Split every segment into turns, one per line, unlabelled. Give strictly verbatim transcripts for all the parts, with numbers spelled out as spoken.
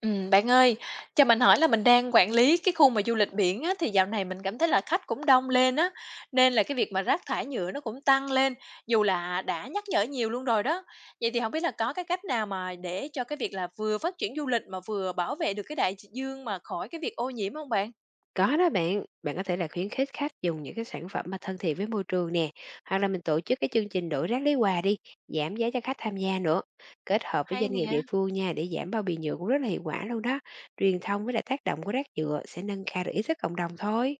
Ừm, bạn ơi, cho mình hỏi là mình đang quản lý cái khu mà du lịch biển á, thì dạo này mình cảm thấy là khách cũng đông lên á, nên là cái việc mà rác thải nhựa nó cũng tăng lên, dù là đã nhắc nhở nhiều luôn rồi đó. Vậy thì không biết là có cái cách nào mà để cho cái việc là vừa phát triển du lịch mà vừa bảo vệ được cái đại dương mà khỏi cái việc ô nhiễm không bạn?
Có đó bạn, bạn có thể là khuyến khích khách dùng những cái sản phẩm mà thân thiện với môi trường nè, hoặc là mình tổ chức cái chương trình đổi rác lấy quà đi, giảm giá cho khách tham gia nữa. Kết hợp với
Hay
doanh nghiệp
nè.
địa phương nha để giảm bao bì nhựa cũng rất là hiệu quả luôn đó. Truyền thông với lại tác động của rác nhựa sẽ nâng cao được ý thức cộng đồng thôi.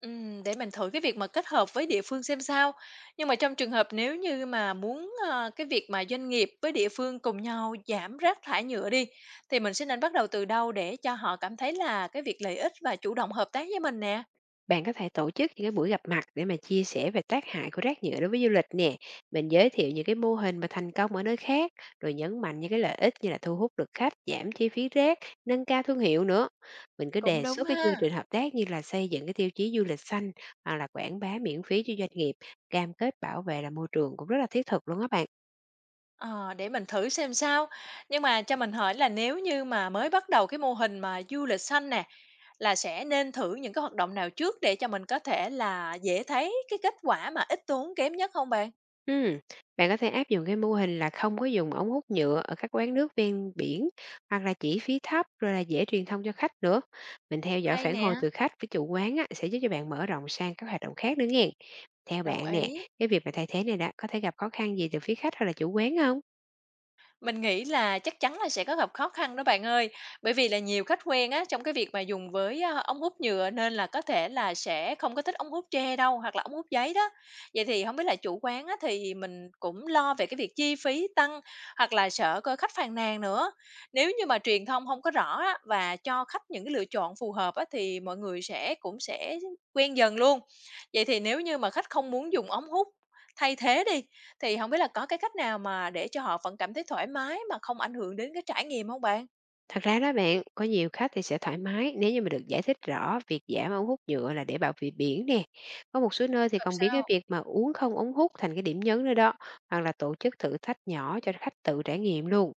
Ừm, để mình thử cái việc mà kết hợp với địa phương xem sao. Nhưng mà trong trường hợp nếu như mà muốn, ờ, cái việc mà doanh nghiệp với địa phương cùng nhau giảm rác thải nhựa đi, thì mình sẽ nên bắt đầu từ đâu để cho họ cảm thấy là cái việc lợi ích và chủ động hợp tác với mình nè?
Bạn có thể tổ chức những cái buổi gặp mặt để mà chia sẻ về tác hại của rác nhựa đối với du lịch nè. Mình giới thiệu những cái mô hình mà thành công ở nơi khác, rồi nhấn mạnh những cái lợi ích như là thu hút được khách, giảm chi phí rác, nâng cao thương hiệu nữa. Mình cứ
Cũng
đề
đúng
xuất cái chương
ha.
trình hợp tác như là xây dựng cái tiêu chí du lịch xanh, hoặc là quảng bá miễn phí cho doanh nghiệp, cam kết bảo vệ là môi trường cũng rất là thiết thực luôn á bạn.
Ờ, để mình thử xem sao. Nhưng mà cho mình hỏi là nếu như mà mới bắt đầu cái mô hình mà du lịch xanh nè, là sẽ nên thử những cái hoạt động nào trước để cho mình có thể là dễ thấy cái kết quả mà ít tốn kém nhất không bạn?
Ừm, Bạn có thể áp dụng cái mô hình là không có dùng ống hút nhựa ở các quán nước ven biển, hoặc là chỉ phí thấp rồi là dễ truyền thông cho khách nữa. Mình theo dõi
Hay
phản hồi
nè.
từ khách với chủ quán á, sẽ giúp cho bạn mở rộng sang các hoạt động khác nữa nghe. Theo
Đồng
bạn nè,
ý.
cái việc mà thay thế này đã có thể gặp khó khăn gì từ phía khách hay là chủ quán không?
Mình nghĩ là chắc chắn là sẽ có gặp khó khăn đó bạn ơi. Bởi vì là nhiều khách quen á, trong cái việc mà dùng với, a, ống hút nhựa nên là có thể là sẽ không có thích ống hút tre đâu, hoặc là ống hút giấy đó. Vậy thì không biết là chủ quán á, thì mình cũng lo về cái việc chi phí tăng, hoặc là sợ coi khách phàn nàn nữa. Nếu như mà truyền thông không có rõ á, và cho khách những cái lựa chọn phù hợp á, thì mọi người sẽ cũng sẽ quen dần luôn. Vậy thì nếu như mà khách không muốn dùng ống hút thay thế đi, thì không biết là có cái cách nào mà để cho họ vẫn cảm thấy thoải mái mà không ảnh hưởng đến cái trải nghiệm không bạn?
Thật ra đó bạn, có nhiều khách thì sẽ thoải mái nếu như mà được giải thích rõ việc giảm ống hút nhựa là để bảo vệ biển nè. Có một số nơi thì
Thật
còn biến
sao?
cái việc mà uống không ống hút thành cái điểm nhấn nữa đó, hoặc là tổ chức thử thách nhỏ cho khách tự trải nghiệm luôn.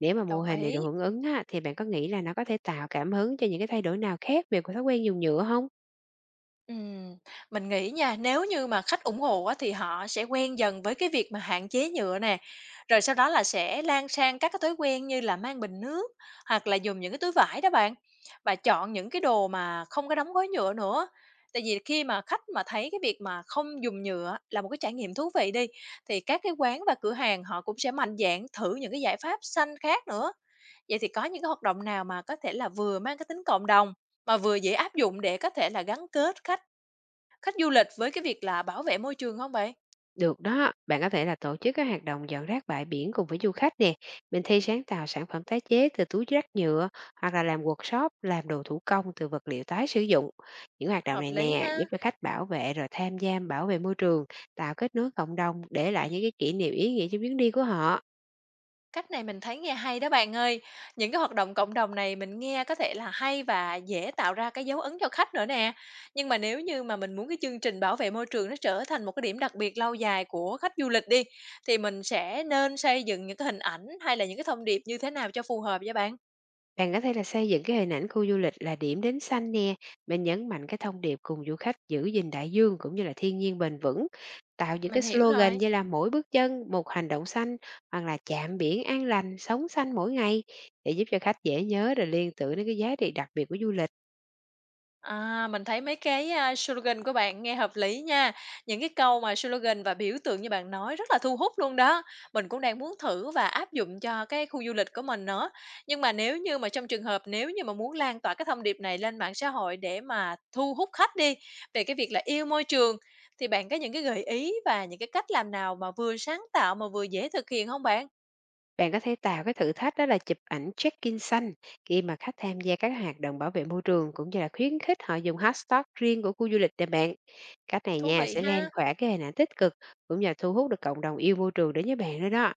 Nếu mà mô
Đồng
hình này
ý.
được hưởng ứng á, thì bạn có nghĩ là nó có thể tạo cảm hứng cho những cái thay đổi nào khác về của thói quen dùng nhựa không?
Ừm, mình nghĩ nha, nếu như mà khách ủng hộ á, thì họ sẽ quen dần với cái việc mà hạn chế nhựa nè, rồi sau đó là sẽ lan sang các cái thói quen như là mang bình nước hoặc là dùng những cái túi vải đó bạn, và chọn những cái đồ mà không có đóng gói nhựa nữa. Tại vì khi mà khách mà thấy cái việc mà không dùng nhựa là một cái trải nghiệm thú vị đi, thì các cái quán và cửa hàng họ cũng sẽ mạnh dạn thử những cái giải pháp xanh khác nữa. Vậy thì có những cái hoạt động nào mà có thể là vừa mang cái tính cộng đồng mà vừa dễ áp dụng để có thể là gắn kết khách Khách du lịch với cái việc là bảo vệ môi trường không bạn?
Được đó, bạn có thể là tổ chức các hoạt động dọn rác bãi biển cùng với du khách nè, mình thi sáng tạo sản phẩm tái chế từ túi rác nhựa, hoặc là làm quắc sốp làm đồ thủ công từ vật liệu tái sử dụng. Những hoạt động
Hợp
này
lý
nè
ha.
giúp cho khách bảo vệ rồi tham gia bảo vệ môi trường, tạo kết nối cộng đồng, để lại những cái kỷ niệm ý nghĩa trong chuyến đi của họ.
Cách này mình thấy nghe hay đó bạn ơi. Những cái hoạt động cộng đồng này mình nghe có thể là hay và dễ tạo ra cái dấu ấn cho khách nữa nè. Nhưng mà nếu như mà mình muốn cái chương trình bảo vệ môi trường nó trở thành một cái điểm đặc biệt lâu dài của khách du lịch đi, thì mình sẽ nên xây dựng những cái hình ảnh hay là những cái thông điệp như thế nào cho phù hợp với bạn?
Bạn có thể là xây dựng cái hình ảnh khu du lịch là điểm đến xanh nè, mình nhấn mạnh cái thông điệp cùng du khách giữ gìn đại dương cũng như là thiên nhiên bền vững, tạo những
Mình
cái
hiểu
xì lâu gân
rồi.
như là mỗi bước chân một hành động xanh, hoặc là chạm biển an lành, sống xanh mỗi ngày, để giúp cho khách dễ nhớ rồi liên tưởng đến cái giá trị đặc biệt của du lịch.
À, mình thấy mấy cái, a, slogan của bạn nghe hợp lý nha. Những cái câu mà slogan và biểu tượng như bạn nói rất là thu hút luôn đó. Mình cũng đang muốn thử và áp dụng cho cái khu du lịch của mình nữa. Nhưng mà nếu như mà trong trường hợp nếu như mà muốn lan tỏa cái thông điệp này lên mạng xã hội để mà thu hút khách đi, về cái việc là yêu môi trường, thì bạn có những cái gợi ý và những cái cách làm nào mà vừa sáng tạo mà vừa dễ thực hiện không bạn?
Bạn có thể tạo cái thử thách đó là chụp ảnh check in xanh khi mà khách tham gia các hoạt động bảo vệ môi trường, cũng như là khuyến khích họ dùng hát tác riêng của khu du lịch để bạn. Cách này
Thú
nha
vị
sẽ lan
ha.
tỏa cái hình ảnh tích cực, cũng như là thu hút được cộng đồng yêu môi trường đến với bạn nữa đó.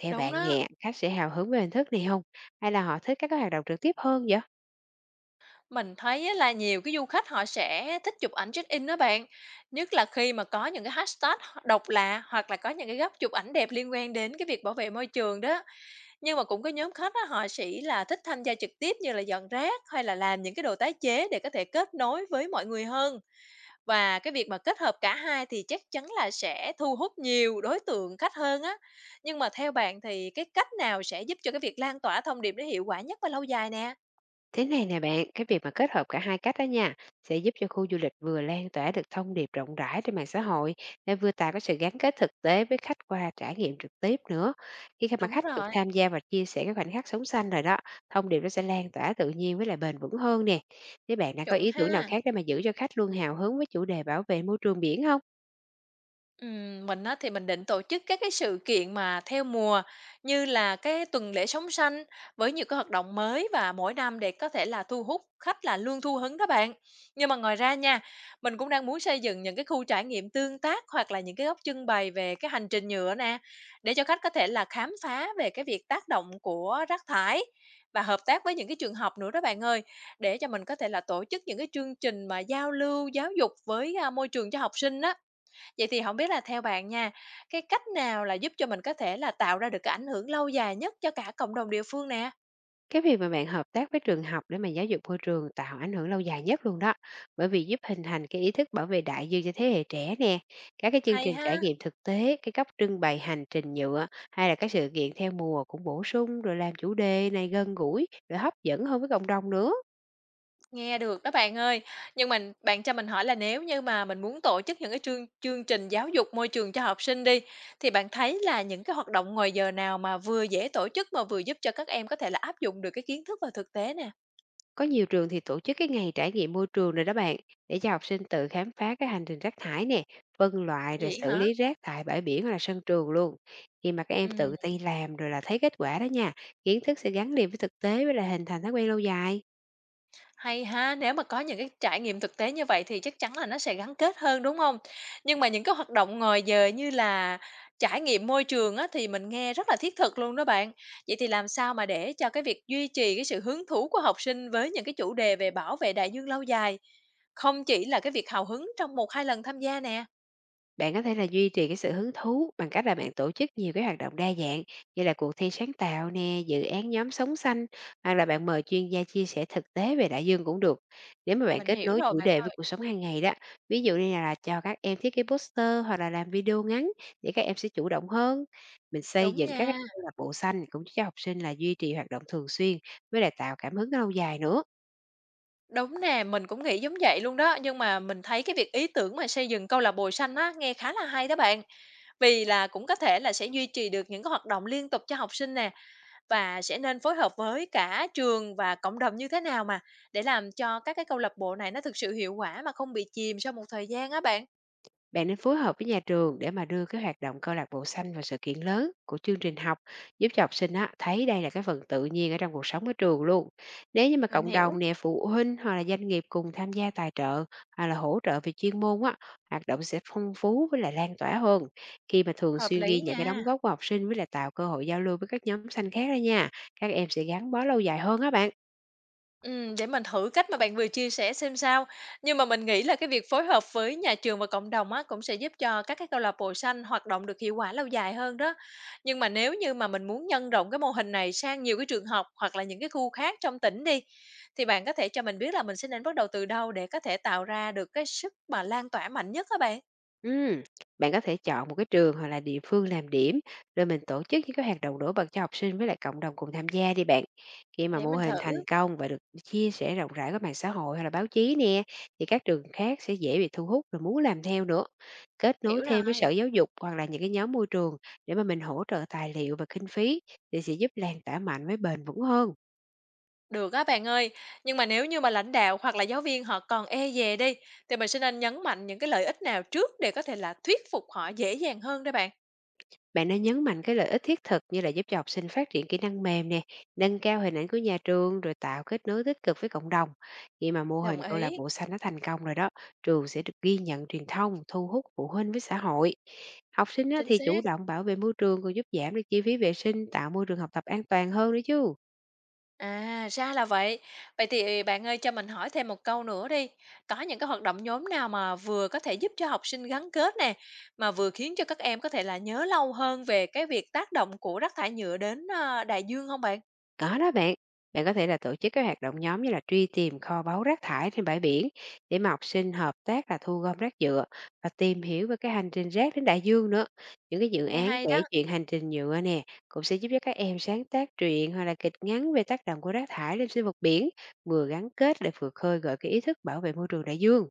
Theo
Đúng
bạn
đó.
nè, khách sẽ hào hứng với hình thức này không? Hay là họ thích các cái hoạt động trực tiếp hơn vậy?
Mình thấy á là nhiều cái du khách họ sẽ thích chụp ảnh check-in đó bạn, nhất là khi mà có những cái hashtag độc lạ hoặc là có những cái góc chụp ảnh đẹp liên quan đến cái việc bảo vệ môi trường đó. Nhưng mà cũng có nhóm khách á, họ sẽ là thích tham gia trực tiếp như là dọn rác hay là làm những cái đồ tái chế để có thể kết nối với mọi người hơn. Và cái việc mà kết hợp cả hai thì chắc chắn là sẽ thu hút nhiều đối tượng khách hơn á. Nhưng mà theo bạn thì cái cách nào sẽ giúp cho cái việc lan tỏa thông điệp nó hiệu quả nhất và lâu dài nè?
Thế này nè bạn, cái việc mà kết hợp cả hai cách đó nha, sẽ giúp cho khu du lịch vừa lan tỏa được thông điệp rộng rãi trên mạng xã hội, lại vừa tạo cái sự gắn kết thực tế với khách qua trải nghiệm trực tiếp nữa. Khi mà
Đúng
khách được
rồi,
tham gia và chia sẻ cái khoảnh khắc sống xanh rồi đó, thông điệp nó sẽ lan tỏa tự nhiên với lại bền vững hơn nè. Thế bạn đã có
chuẩn
ý tưởng nào
ha.
khác để mà giữ cho khách luôn hào hứng với chủ đề bảo vệ môi trường biển không?
Ừm, mình á thì mình định tổ chức các cái sự kiện mà theo mùa như là cái tuần lễ sống xanh với nhiều cái hoạt động mới và mỗi năm để có thể là thu hút khách là luôn thu hứng đó bạn. Nhưng mà ngoài ra nha, mình cũng đang muốn xây dựng những cái khu trải nghiệm tương tác hoặc là những cái góc trưng bày về cái hành trình nhựa nè để cho khách có thể là khám phá về cái việc tác động của rác thải và hợp tác với những cái trường học nữa đó bạn ơi để cho mình có thể là tổ chức những cái chương trình mà giao lưu giáo dục với à, môi trường cho học sinh á. Vậy thì không biết là theo bạn nha, cái cách nào là giúp cho mình có thể là tạo ra được cái ảnh hưởng lâu dài nhất cho cả cộng đồng địa phương nè?
Cái việc mà bạn hợp tác với trường học để mà giáo dục môi trường tạo ảnh hưởng lâu dài nhất luôn đó, bởi vì giúp hình thành cái ý thức bảo vệ đại dương cho thế hệ trẻ nè. Các cái chương
Hay
trình trải
ha,
nghiệm thực tế, cái góc trưng bày hành trình nhựa, hay là các sự kiện theo mùa cũng bổ sung rồi làm chủ đề này gần gũi rồi hấp dẫn hơn với cộng đồng nữa.
nghe được đó bạn ơi. Nhưng mình bạn cho mình hỏi là nếu như mà mình muốn tổ chức những cái chương chương trình giáo dục môi trường cho học sinh đi, thì bạn thấy là những cái hoạt động ngoài giờ nào mà vừa dễ tổ chức mà vừa giúp cho các em có thể là áp dụng được cái kiến thức vào thực tế nè?
Có nhiều trường thì tổ chức cái ngày trải nghiệm môi trường rồi đó bạn, để cho học sinh tự khám phá cái hành trình rác thải nè, phân loại rồi
Vậy
xử
hả?
lý rác tại bãi biển hoặc là sân trường luôn. Khi mà các em
Ừm.
tự tay làm rồi là thấy kết quả đó nha, kiến thức sẽ gắn liền với thực tế với lại hình thành thói quen lâu dài.
Hay ha, nếu mà có những cái trải nghiệm thực tế như vậy thì chắc chắn là nó sẽ gắn kết hơn, đúng không? Nhưng mà những cái hoạt động ngoài giờ như là trải nghiệm môi trường á, thì mình nghe rất là thiết thực luôn đó bạn. Vậy thì làm sao mà để cho cái việc duy trì cái sự hứng thú của học sinh với những cái chủ đề về bảo vệ đại dương lâu dài, không chỉ là cái việc hào hứng trong một hai lần tham gia nè?
Bạn có thể là duy trì cái sự hứng thú bằng cách là bạn tổ chức nhiều cái hoạt động đa dạng, như là cuộc thi sáng tạo nè, dự án nhóm sống xanh, hoặc là bạn mời chuyên gia chia sẻ thực tế về đại dương cũng được. Nếu mà bạn
Mình
kết
hiểu
nối
rồi
chủ
bạn
đề với
ơi.
cuộc sống hàng ngày đó, ví dụ như là cho các em thiết kế pốt sờ tơ hoặc là làm vi đi ô ngắn, để các em sẽ chủ động hơn. Mình xây
Đúng
dựng các cái
nha,
câu lạc bộ xanh cũng giúp cho học sinh là duy trì hoạt động thường xuyên, với lại tạo cảm hứng lâu dài nữa.
đúng nè, mình cũng nghĩ giống vậy luôn đó, nhưng mà mình thấy cái việc ý tưởng mà xây dựng câu lạc bộ xanh á, nghe khá là hay đó bạn. Vì là cũng có thể là sẽ duy trì được những cái hoạt động liên tục cho học sinh nè, và sẽ nên phối hợp với cả trường và cộng đồng như thế nào mà để làm cho các cái câu lạc bộ này nó thực sự hiệu quả mà không bị chìm sau một thời gian á bạn.
Bạn nên phối hợp với nhà trường để mà đưa cái hoạt động câu lạc bộ xanh vào sự kiện lớn của chương trình học, giúp cho học sinh á, thấy đây là cái phần tự nhiên ở trong cuộc sống ở trường luôn. Nếu như mà
Mình
cộng
hiểu,
đồng nè, phụ huynh hoặc là doanh nghiệp cùng tham gia tài trợ, hoặc là hỗ trợ về chuyên môn á, hoạt động sẽ phong phú với lại lan tỏa hơn. Khi mà thường
hợp
xuyên
lý
ghi nhận cái đóng
nha.
góp của học sinh với lại tạo cơ hội giao lưu với các nhóm xanh khác đó nha, các em sẽ gắn bó lâu dài hơn á bạn.
Ừm, để mình thử cách mà bạn vừa chia sẻ xem sao. Nhưng mà mình nghĩ là cái việc phối hợp với nhà trường và cộng đồng á, cũng sẽ giúp cho các cái câu lạc bộ xanh hoạt động được hiệu quả lâu dài hơn đó. Nhưng mà nếu như mà mình muốn nhân rộng cái mô hình này sang nhiều cái trường học hoặc là những cái khu khác trong tỉnh đi, thì bạn có thể cho mình biết là mình sẽ nên bắt đầu từ đâu để có thể tạo ra được cái sức mà lan tỏa mạnh nhất á bạn?
Ừm, Bạn có thể chọn một cái trường hoặc là địa phương làm điểm, rồi mình tổ chức những cái hoạt động nổi bật cho học sinh với lại cộng đồng cùng tham gia đi bạn. Khi mà
Để
mô
mình
hình thành
thử,
công và được chia sẻ rộng rãi qua mạng xã hội hay là báo chí nè, thì các trường khác sẽ dễ bị thu hút và muốn làm theo nữa. Kết nối
hiểu
thêm với
rồi.
sở giáo dục hoặc là những cái nhóm môi trường, để mà mình hỗ trợ tài liệu và kinh phí thì sẽ giúp lan tỏa mạnh với bền vững hơn.
Được á bạn ơi, nhưng mà nếu như mà lãnh đạo hoặc là giáo viên họ còn e dè đi, thì mình sẽ nên nhấn mạnh những cái lợi ích nào trước để có thể là thuyết phục họ dễ dàng hơn đó bạn.
Bạn nên nhấn mạnh cái lợi ích thiết thực như là giúp cho học sinh phát triển kỹ năng mềm nè, nâng cao hình ảnh của nhà trường rồi tạo kết nối tích cực với cộng đồng. Khi mà mô
Đồng
hình câu lạc
ý,
bộ xanh nó thành công rồi đó, trường sẽ được ghi nhận truyền thông, thu hút phụ huynh với xã hội. Học sinh á,
chính
thì chủ
xác.
động bảo vệ môi trường còn giúp giảm được chi phí vệ sinh, tạo môi trường học tập an toàn hơn nữa chứ.
À, ra là vậy. Vậy thì ờ, bạn ơi cho mình hỏi thêm một câu nữa đi. Có những cái hoạt động nhóm nào mà vừa có thể giúp cho học sinh gắn kết nè, mà vừa khiến cho các em có thể là nhớ lâu hơn về cái việc tác động của rác thải nhựa đến à, đại dương không bạn?
Có đó bạn, bạn có thể là tổ chức các hoạt động nhóm như là truy tìm kho báu rác thải trên bãi biển, để mà học sinh hợp tác là thu gom rác nhựa và tìm hiểu về cái hành trình rác đến đại dương nữa. Những cái dự
Nghe
án
hay đó.
kể chuyện hành trình nhựa nè cũng sẽ giúp cho các em sáng tác truyện hoặc là kịch ngắn về tác động của rác thải lên sinh vật biển, vừa gắn kết để vừa khơi gợi cái ý thức bảo vệ môi trường đại dương.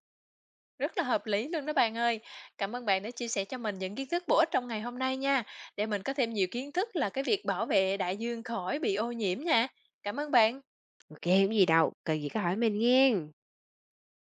Rất là hợp lý luôn đó bạn ơi. Cảm ơn bạn đã chia sẻ cho mình những kiến thức bổ ích trong ngày hôm nay nha, để mình có thêm nhiều kiến thức là cái việc bảo vệ đại dương khỏi bị ô nhiễm nha. Cảm ơn bạn.
ô kê, không gì đâu, cần gì cứ hỏi mình nghe.